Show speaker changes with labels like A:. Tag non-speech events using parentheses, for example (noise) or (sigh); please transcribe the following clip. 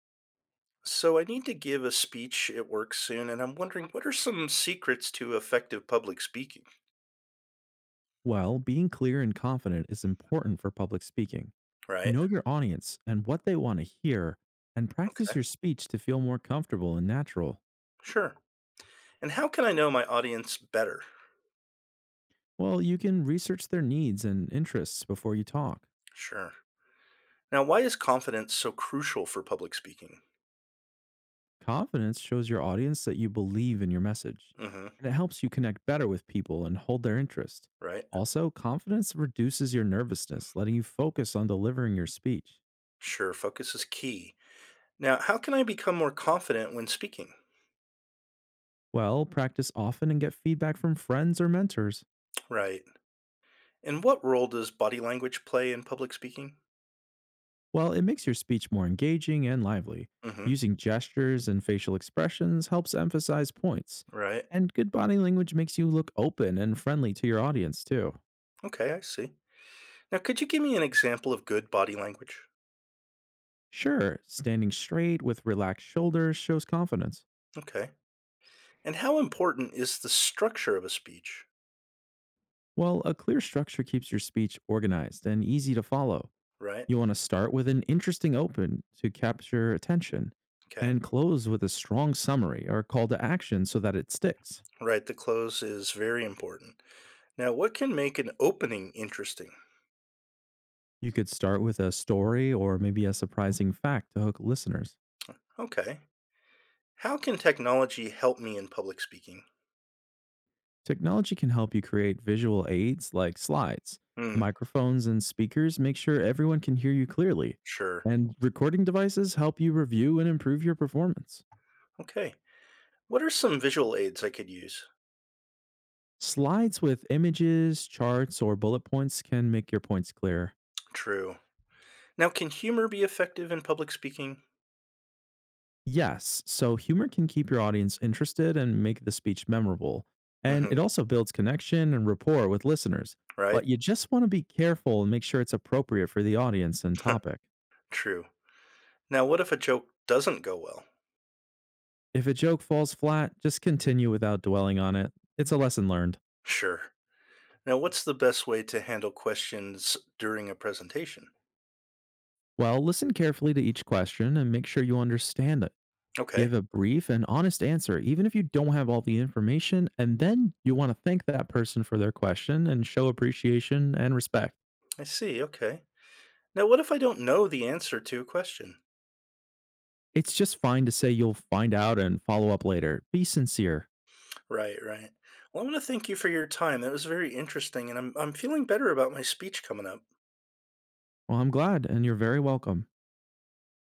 A: So I need to give a speech at work soon, and I'm wondering what are some secrets to effective public speaking,
B: Well, being clear and confident is important for public speaking.
A: right?
B: Know your audience and what they want to hear, and
A: Okay,
B: practice your speech to feel more comfortable and natural.
A: sure. And how can I know my audience better?
B: Well, you can research their needs and interests before you talk.
A: Sure. Now, why is confidence so crucial for public speaking?
B: Confidence shows your audience that you believe in your message,
A: Mm-hmm,
B: and it helps you connect better with people and hold their interest.
A: right?
B: Also, confidence reduces your nervousness, letting you focus on delivering your speech.
A: Sure, focus is key. Now, how can I become more confident when speaking?
B: Well, practice often and get feedback from friends or mentors.
A: Right. And what role does body language play in public speaking?
B: Well, it makes your speech more engaging and lively.
A: Mm-hmm,
B: Using gestures and facial expressions helps emphasize points.
A: right.
B: And good body language makes you look open and friendly to your audience, too.
A: Okay, I see. Now, could you give me an example of good body language?
B: Sure, standing straight with relaxed shoulders shows confidence.
A: Okay. And how important is the structure of a speech,
B: Well, a clear structure keeps your speech organized and easy to follow.
A: right?
B: You want to start with an interesting open to capture attention
A: Okay.
B: and close with a strong summary or call to action so that it sticks.
A: Right, the close is very important. Now, what can make an opening interesting?
B: You could start with a story or maybe a surprising fact to hook listeners.
A: Okay. How can technology help me in public speaking?
B: Technology can help you create visual aids like slides,
A: Hmm,
B: microphones, and speakers, make sure everyone can hear you clearly.
A: sure.
B: And recording devices help you review and improve your performance.
A: Okay. What are some visual aids I could use?
B: Slides with images, charts, or bullet points can make your points clear.
A: True. Now, can humor be effective in public speaking?
B: Yes, so humor can keep your audience interested and make the speech memorable. And
A: Hmm,
B: it also builds connection and rapport with listeners.
A: right?
B: But you just want to be careful and make sure it's appropriate for the audience and topic.
A: (laughs) True. Now, what if a joke doesn't go well?
B: If a joke falls flat, just continue without dwelling on it. It's a lesson learned.
A: Sure. Now, what's the best way to handle questions during a presentation?
B: Well, listen carefully to each question and make sure you understand it. Give
A: Okay.
B: a brief and honest answer, even if you don't have all the information, and then you want to thank that person for their question and show appreciation and respect.
A: I see. Okay. Now, what if I don't know the answer to a question?
B: It's just fine to say you'll find out and follow up later. Be sincere.
A: Right, right. Well, I want to thank you for your time. That was very interesting, and I'm feeling better about my speech coming up.
B: Well, I'm glad, and you're very welcome.